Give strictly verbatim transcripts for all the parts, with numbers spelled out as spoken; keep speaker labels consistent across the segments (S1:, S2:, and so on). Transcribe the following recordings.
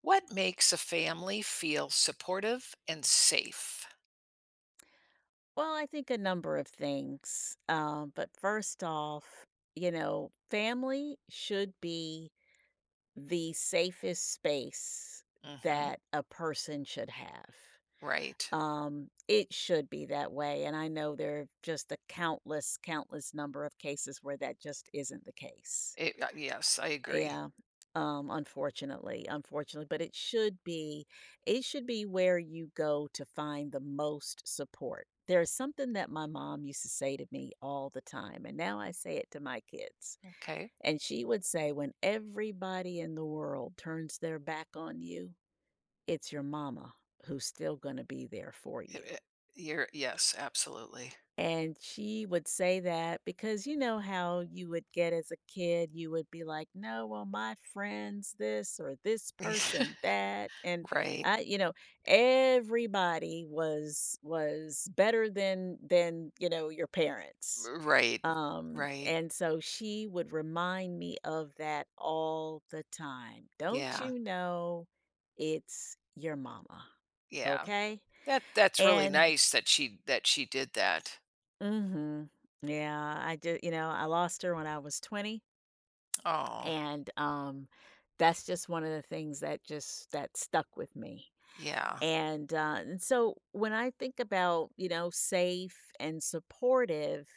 S1: What makes a family feel supportive and safe?
S2: Well, I think a number of things. Um, but first off, you know, family should be the safest space
S1: Mhm.
S2: that a person should have.
S1: Right.
S2: Um, it should be that way. And I know there are just a countless, countless number of cases where that just isn't the case.
S1: It, uh, yes, I agree.
S2: Yeah, um, unfortunately, unfortunately, but it should be it should be where you go to find the most support. There's something that my mom used to say to me all the time, and now I say it to my kids.
S1: Okay.
S2: And she would say, when everybody in the world turns their back on you, it's your mama who's still going to be there for
S1: It-
S2: you.
S1: it- you're yes, absolutely.
S2: And she would say that because you know how you would get as a kid, you would be like, no, well, my friend's this or this person that. And
S1: Right.
S2: I, you know, everybody was was better than than, you know, your parents.
S1: Right.
S2: Um,
S1: Right.
S2: and so she would remind me of that all the time. Don't
S1: Yeah.
S2: you know it's your mama?
S1: Yeah.
S2: Okay.
S1: That that's really
S2: And
S1: nice that she that she did that.
S2: Mhm. Yeah, I do you know, I lost her when I was twenty,
S1: Oh,
S2: and, um, that's just one of the things that just that stuck with me,
S1: yeah.
S2: and, uh, and so when I think about, you know, safe and supportive,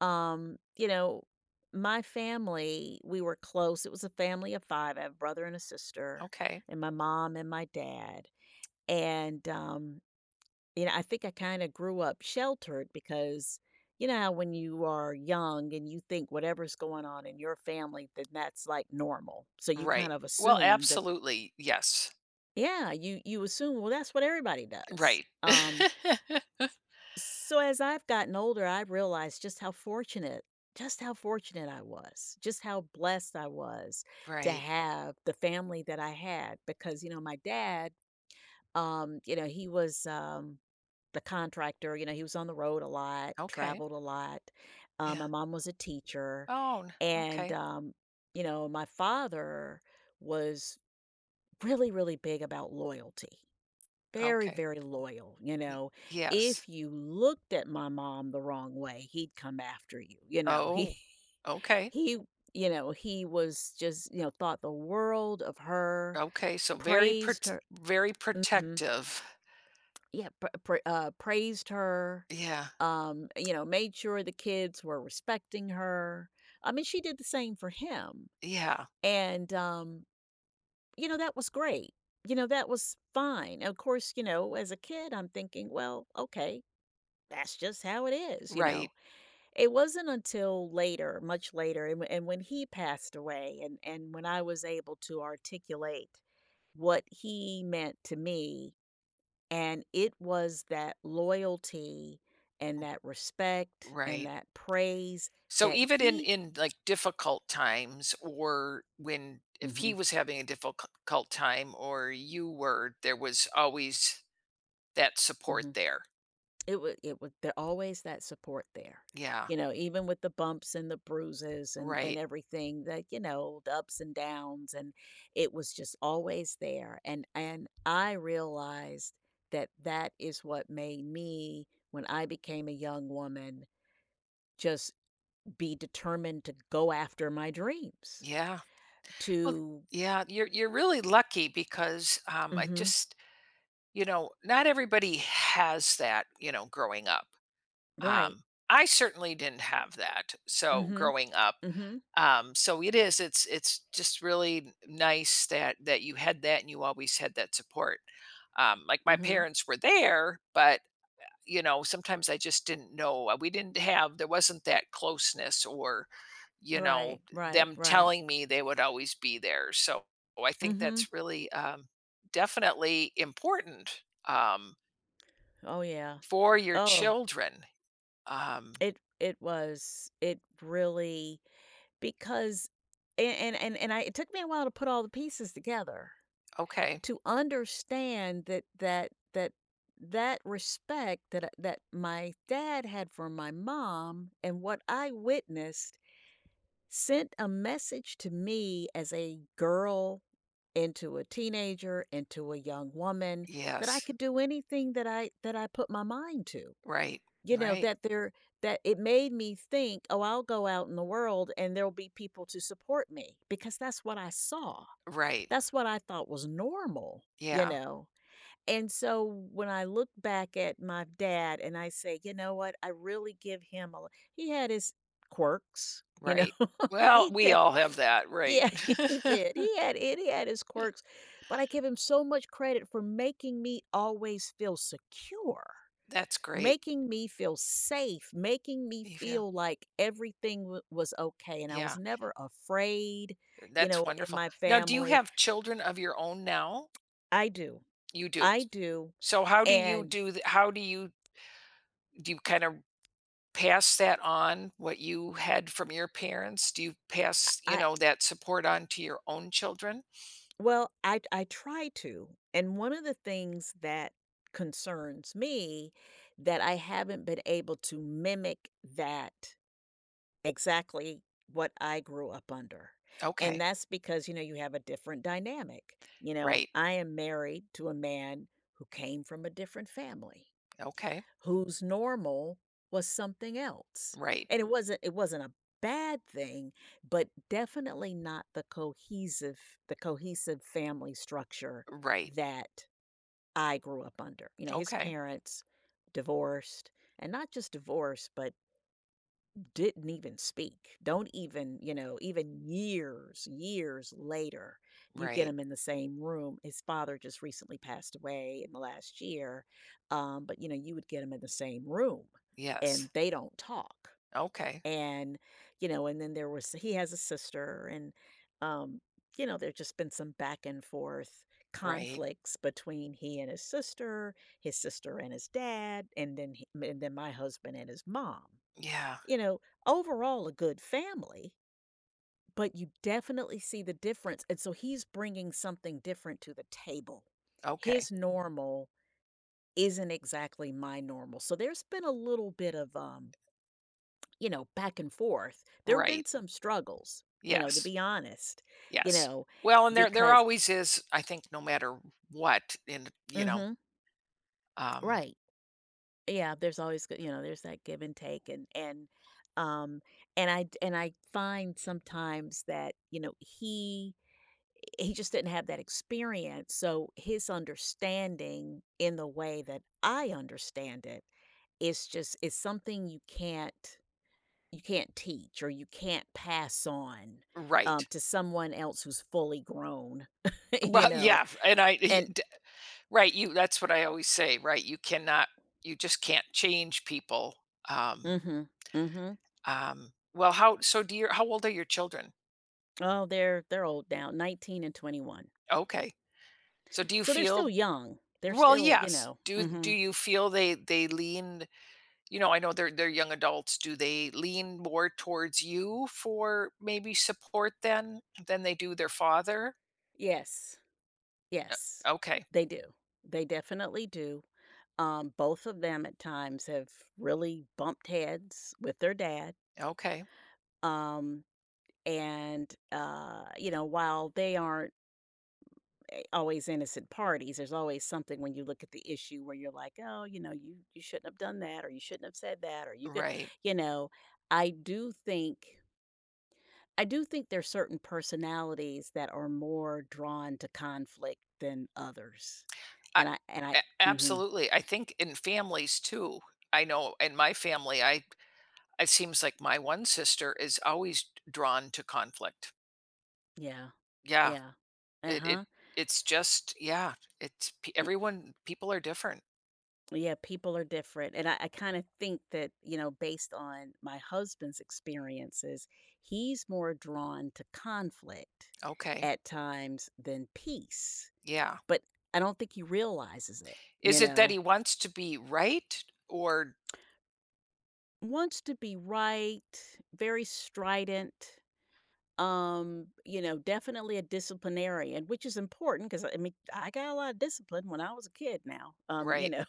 S2: um, you know, my family, we were close, it was a family of five, I have a brother and a sister,
S1: Okay.
S2: and my mom and my dad, and, um you know, I think I kinda grew up sheltered because, you know, how when you are young and you think whatever's going on in your family, then that's like normal. So you
S1: Right.
S2: kind of
S1: Well,
S2: assume that
S1: absolutely. Yes.
S2: yeah, you you assume, well, that's what everybody does.
S1: Right.
S2: Um, so as I've gotten older, I realized just how fortunate just how fortunate I was, just how blessed I was to
S1: Right.
S2: have the family that I had because, you know, my dad Um, you know, he was, um, the contractor, you know, he was on the road a lot,
S1: Okay.
S2: traveled a lot. Um,
S1: Yeah.
S2: my mom was a teacher.
S1: Oh, n-
S2: And,
S1: okay.
S2: um, you know, my father was really, really big about loyalty. Very,
S1: Okay.
S2: very loyal. You
S1: Y-
S2: know,
S1: Yes.
S2: if you looked at my mom the wrong way, he'd come after you. You know, he,
S1: Oh, okay.
S2: he, you know, he was just, you know, thought the world of her,
S1: Okay, so very
S2: praised
S1: prot
S2: her.
S1: very
S2: Mhm.
S1: protective.
S2: Yeah, pr pr uh, praised her,
S1: Yeah,
S2: um, you know, made sure the kids were respecting her. I mean, she did the same for him,
S1: yeah.
S2: and, um, you know, that was great. You know, that was fine. Of course, you know, as a kid, I'm thinking, "Well, okay, that's just how it is," you know?
S1: Right,
S2: It wasn't until later, much later, and and when he passed away and and when I was able to articulate what he meant to me and it was that loyalty and that respect and
S1: right.
S2: that praise
S1: So
S2: that
S1: even in
S2: he
S1: in, like, difficult times or when if he
S2: mhm,
S1: was having a difficult time or you were, there was always that support
S2: mhm.
S1: there.
S2: It was, it was there always that support there.
S1: Yeah,
S2: You know, even with the bumps and the bruises and and
S1: right.
S2: everything that, you know, the ups and downs and it was just always there. And and I realized that that is what made me, when I became a young woman, just be determined to go after my dreams,
S1: Yeah. Well,
S2: to
S1: yeah, you're you're really lucky because, um, I
S2: Mhm.
S1: just you know, not everybody has that, you know, growing up.
S2: Right.
S1: Um, I certainly didn't have that, so
S2: Mhm.
S1: growing up.
S2: Mhm.
S1: Um, so it is, it's it's just really nice that that you had that and you always had that support. Um, like my
S2: Mhm.
S1: parents were there, but you know, sometimes I just didn't know. uh, We didn't have, there wasn't that closeness or, you
S2: Right,
S1: know,
S2: right,
S1: them
S2: right.
S1: telling me they would always be there. So I think
S2: Mhm.
S1: that's really um, definitely important um,
S2: Oh, yeah.
S1: for your
S2: Oh,
S1: children. Um,
S2: it it was. It really because and and and and I it took me a while to put all the pieces together
S1: okay.
S2: to understand that that that that respect that that my dad had for my mom and what I witnessed sent a message to me as a girl into a teenager into a young woman that I
S1: Yes.
S2: could do anything that I that I put my mind to.
S1: Right.
S2: You know,
S1: Right.
S2: that there that it made me think, "Oh, I'll go out in the world and there'll be people to support me," because that's what I saw.
S1: Right.
S2: That's what I thought was normal, you
S1: Yeah.
S2: know? And so when I look back at my dad and I say, you know what, I really give him a l he had his quirks, you
S1: Right.
S2: know,
S1: Well,
S2: he
S1: we
S2: did.
S1: all have that. Right.
S2: Yeah, he did. He had it. He had his quirks, but I give him so much credit for making me always feel secure,
S1: That's great,
S2: making me feel safe, making me
S1: Eva.
S2: feel like everything w was okay, and I was
S1: Yeah.
S2: never afraid, you know,
S1: That's
S2: in
S1: wonderful.
S2: my
S1: Now, do you
S2: family.
S1: have children of your own now?
S2: I do.
S1: You do.
S2: I do,
S1: So how do you
S2: and
S1: do th- how do you do you kind of pass that on what you had from your parents? Do you pass, you
S2: I
S1: know, that support on to your own children?
S2: Well, I I try to. And one of the things that concerns me that I haven't been able to mimic that exactly what I grew up under. And
S1: Okay.
S2: that's because, you know, you have a different dynamic. You know,
S1: Right.
S2: I am married to a man who came from a different family
S1: Okay.
S2: whose normal was something else.
S1: Right.
S2: And it wasn't it wasn't a bad thing, but definitely not the cohesive the cohesive family structure
S1: Right.
S2: that I grew up under. You know, his
S1: Okay.
S2: parents divorced, and not just divorced, but didn't even speak. Don't even, you know, even years, years later, you get
S1: Right.
S2: him in the same room. His father just recently passed away in the last year. Um, but, you know, you would get him in the same room and
S1: Yes.
S2: they don't talk.
S1: Okay.
S2: And, you know, and then there was, he has a sister and, um, you know, there's just been some back and forth
S1: Right.
S2: conflicts between he and his sister, his sister and his dad, and then he, and then my husband and his mom
S1: Yeah.
S2: you know, overall a good family, but you definitely see the difference, and so he's bringing something different to the table.
S1: Okay.
S2: His normal isn't exactly my normal, so there's been a little bit of, um, you know, back and forth. There've been
S1: Right.
S2: some struggles, you know, to
S1: Yes.
S2: be honest, you
S1: Yes.
S2: know,
S1: Well, and there there
S2: because
S1: always is, I think, no matter what, and you know,
S2: mhm,
S1: um,
S2: right. Yeah, there's always g you know, there's that give and take and and, um, and I and I find sometimes that, you know, he he just didn't have that experience. So his understanding in the way that I understand it is just is something you can't you can't teach or you can't pass on
S1: right.
S2: um, to someone else who's fully grown, you
S1: Well,
S2: know.
S1: yeah, and I, y-
S2: And
S1: d- right, you. That's what I always say, right? You cannot, you just can't change people. Um,
S2: mm-hmm, mm-hmm.
S1: um. Well, how? So, do your how old are your children?
S2: Oh, they're they're old now, nineteen and twenty one.
S1: Okay. So, do you
S2: So they're still
S1: feel?
S2: young. They're
S1: Well,
S2: still, you
S1: yes.
S2: know.
S1: Do do
S2: Mm-hmm.
S1: you feel they they lean you know, I know they're they're young adults. Do they lean more towards you for maybe support then than they do their father?
S2: Yes, yes,
S1: Okay.
S2: they do. They definitely do Um, both of them at times have really bumped heads with their dad.
S1: Okay.
S2: Um, and, uh, you know, while they aren't eh, always innocent parties, there's always something when you look at the issue where you're like, oh, you know, you, you shouldn't have done that, or you shouldn't have said that, or you could,
S1: Right.
S2: you know, I do think, I do think there's certain personalities that are more drawn to conflict than others.
S1: I,
S2: And I, and I,
S1: a-
S2: mhm,
S1: absolutely. I think in families too. I know in my family, I it seems like my one sister is always drawn to conflict.
S2: yeah,
S1: Yeah.
S2: yeah, uh
S1: It it
S2: huh.
S1: it's just yeah. It's pe- everyone. People are different.
S2: Yeah, people are different. And I, I kind of think that, you know, based on my husband's experiences, he's more drawn to conflict
S1: Okay.
S2: at times than peace.
S1: Yeah.
S2: But I don't think he realizes it, you
S1: Is it that
S2: know.
S1: he wants to be right or
S2: Wants to be right, very strident, um, you know, definitely a disciplinarian, which is important because I mean I got a lot of discipline when I was a kid now. Um, you
S1: right?
S2: know.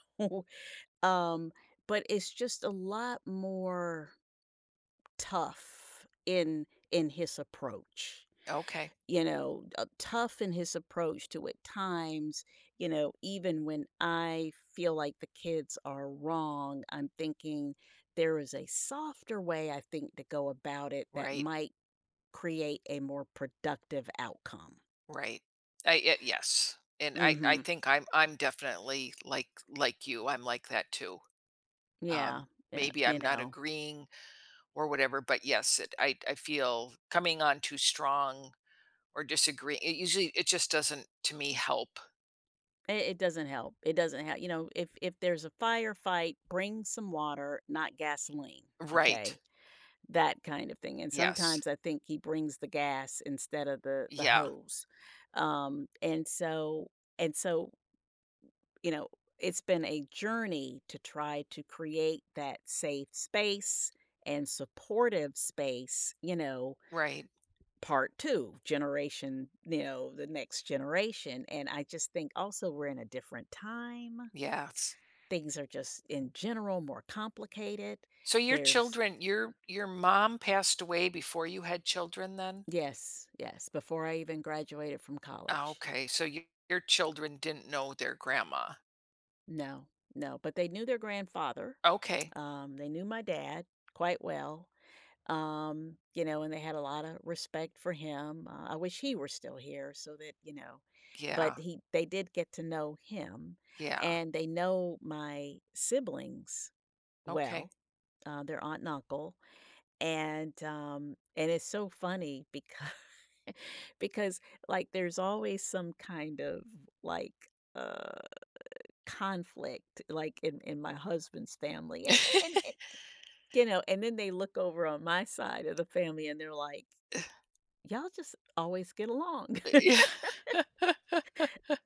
S2: um, but it's just a lot more tough in in his approach,
S1: Okay.
S2: you know, uh, tough in his approach to at times, you know, even when I feel like the kids are wrong, I'm thinking there is a softer way I think to go about it that
S1: Right,
S2: might create a more productive outcome.
S1: right. I y yes, and I I
S2: Mhm.
S1: think I'm I'm definitely like like you, I'm like that too.
S2: Yeah,
S1: Um,
S2: yeah,
S1: maybe
S2: you
S1: I'm not
S2: know.
S1: agreeing or whatever, but yes, it I I feel coming on too strong or disagreeing, it usually it just doesn't, to me, help.
S2: It, it doesn't help. It doesn't help. You know, if if there's a firefight, bring some water, not gasoline,
S1: Right.
S2: okay? That kind of thing, and
S1: Yes.
S2: sometimes I think he brings the gas instead of the the
S1: Yeah.
S2: hose, um, and so and so, you know, it's been a journey to try to create that safe space and supportive space, you know,
S1: Right.
S2: part two, generation you know, the next generation, and I just think also we're in a different time.
S1: Yes.
S2: Things are just, in general, more complicated.
S1: So your
S2: There's
S1: children your your mom passed away before you had children then?
S2: Yes, yes, before I even graduated from
S1: Ah,
S2: college.
S1: okay, so you, your children didn't know their grandma.
S2: No, no, but they knew their grandfather,
S1: Okay,
S2: um, they knew my dad quite well, um, you know, and they had a lot of respect for him, uh, I wish he were still here so that, you know but
S1: yeah.
S2: he they did get to know him,
S1: Yeah,
S2: and they know my siblings
S1: okay.
S2: well, uh, their aunt and uncle, And, um, and it's so funny because because, like, there's always some kind of, like, uh, conflict, like, in in my husband's family, a and and, you know, and then they look over on my side of the family, and they're like, "Y'all just always get along."
S1: Yeah,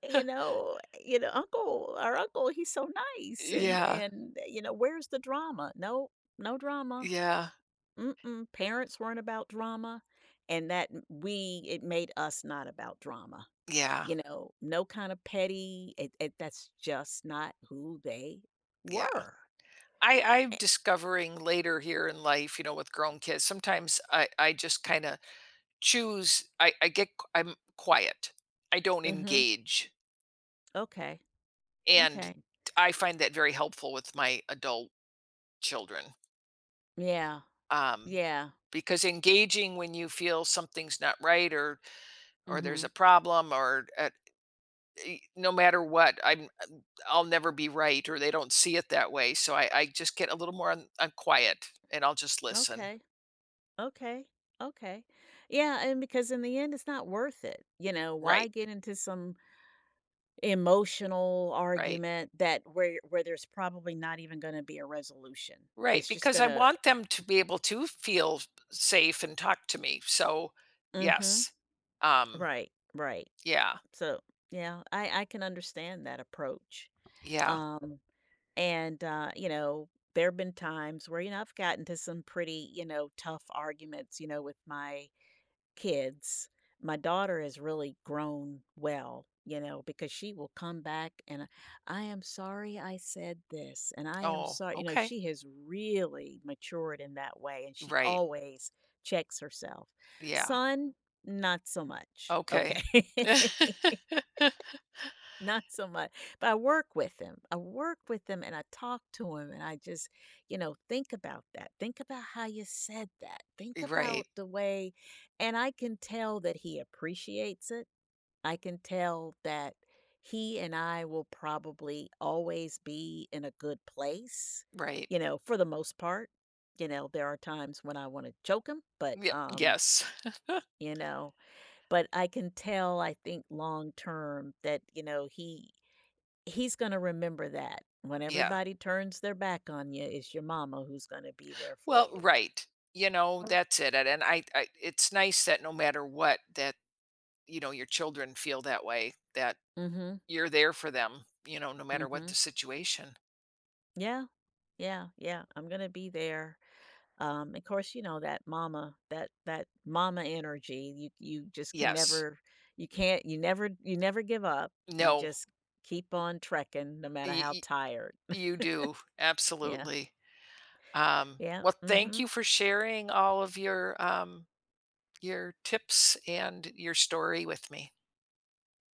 S2: You know you know, "Uncle our uncle, he's so nice," and
S1: yeah,
S2: and, you know, "Where's the drama?" "No, no drama."
S1: yeah,
S2: Mm-mm, parents weren't about drama, and that m we it made us not about drama,
S1: yeah,
S2: you know? No kind of petty it it that's just not who they
S1: yeah.
S2: were.
S1: I I'm
S2: Eh
S1: discovering later here in life, you know, with grown kids, sometimes I I just kinda choose I I get q- I'm quiet. I don't
S2: mhm,
S1: engage,
S2: okay,
S1: and
S2: Okay.
S1: I find that very helpful with my adult children,
S2: Yeah,
S1: um,
S2: yeah,
S1: because engaging when you feel something's not right or or there's a
S2: mhm,
S1: problem or, uh, e no matter what, I'm I will never be right or they don't see it that way, so I I just get a little more un I quiet and I'll just listen.
S2: okay, okay, okay. Yeah, and because in the end, it's not worth it, you know? Why
S1: Right,
S2: get into some emotional
S1: right,
S2: argument that where where there's probably not even gonna be a resolution?
S1: right,
S2: It's just
S1: because I
S2: gonna
S1: want them to be able to feel safe and talk to me, so,
S2: mhm.
S1: yes. Um,
S2: Right, right.
S1: yeah,
S2: So, yeah, I I can understand that approach.
S1: yeah.
S2: Um, and uh, you know, there have been times where, you know, I've gotten to some pretty, you know, tough arguments, you know, with my kids. My daughter has really grown well, you know, because she will come back and I am sorry I said this, and I am
S1: Oh,
S2: sorry, you know,
S1: okay.
S2: she has really matured in that way, and she
S1: Right,
S2: always checks herself.
S1: yeah,
S2: Son, not so much.
S1: okay.
S2: Okay. Not so much, but I work with them. I work with them and I talk to him and I just, you know, think about that. Think about how you said that. Think about
S1: Right,
S2: the way and I can tell that he appreciates it. I can tell that he and I will probably always be in a good place,
S1: right.
S2: you know, for the most part. You know, there are times when I want to choke him, but
S1: Yeah.
S2: um,
S1: Yes.
S2: you know, but I can tell I think long term that, you know, he He's gonna remember that. When
S1: Yeah.
S2: everybody turns their back on you, it's your mama who's gonna be there for
S1: Well,
S2: you.
S1: right. You know, right. That's it. And and I, I it's nice that no matter what that, you know, your children feel that way, that
S2: Mm Mhm,
S1: you're there for them, you know, no
S2: mm
S1: matter what the
S2: mhm.
S1: situation.
S2: Yeah, yeah, yeah, I'm gonna be there. Um, of course, you know, that mama that that mama energy, you you just can
S1: Yes.
S2: never you can't you never you never give up. You
S1: No.
S2: just keep on trekking no matter
S1: Y-
S2: how
S1: y-
S2: tired.
S1: you do.
S2: Yeah,
S1: Absolutely. Um
S2: yeah,
S1: well,
S2: mm
S1: thank you
S2: mhm.
S1: for sharing all of your um your tips and your story with me.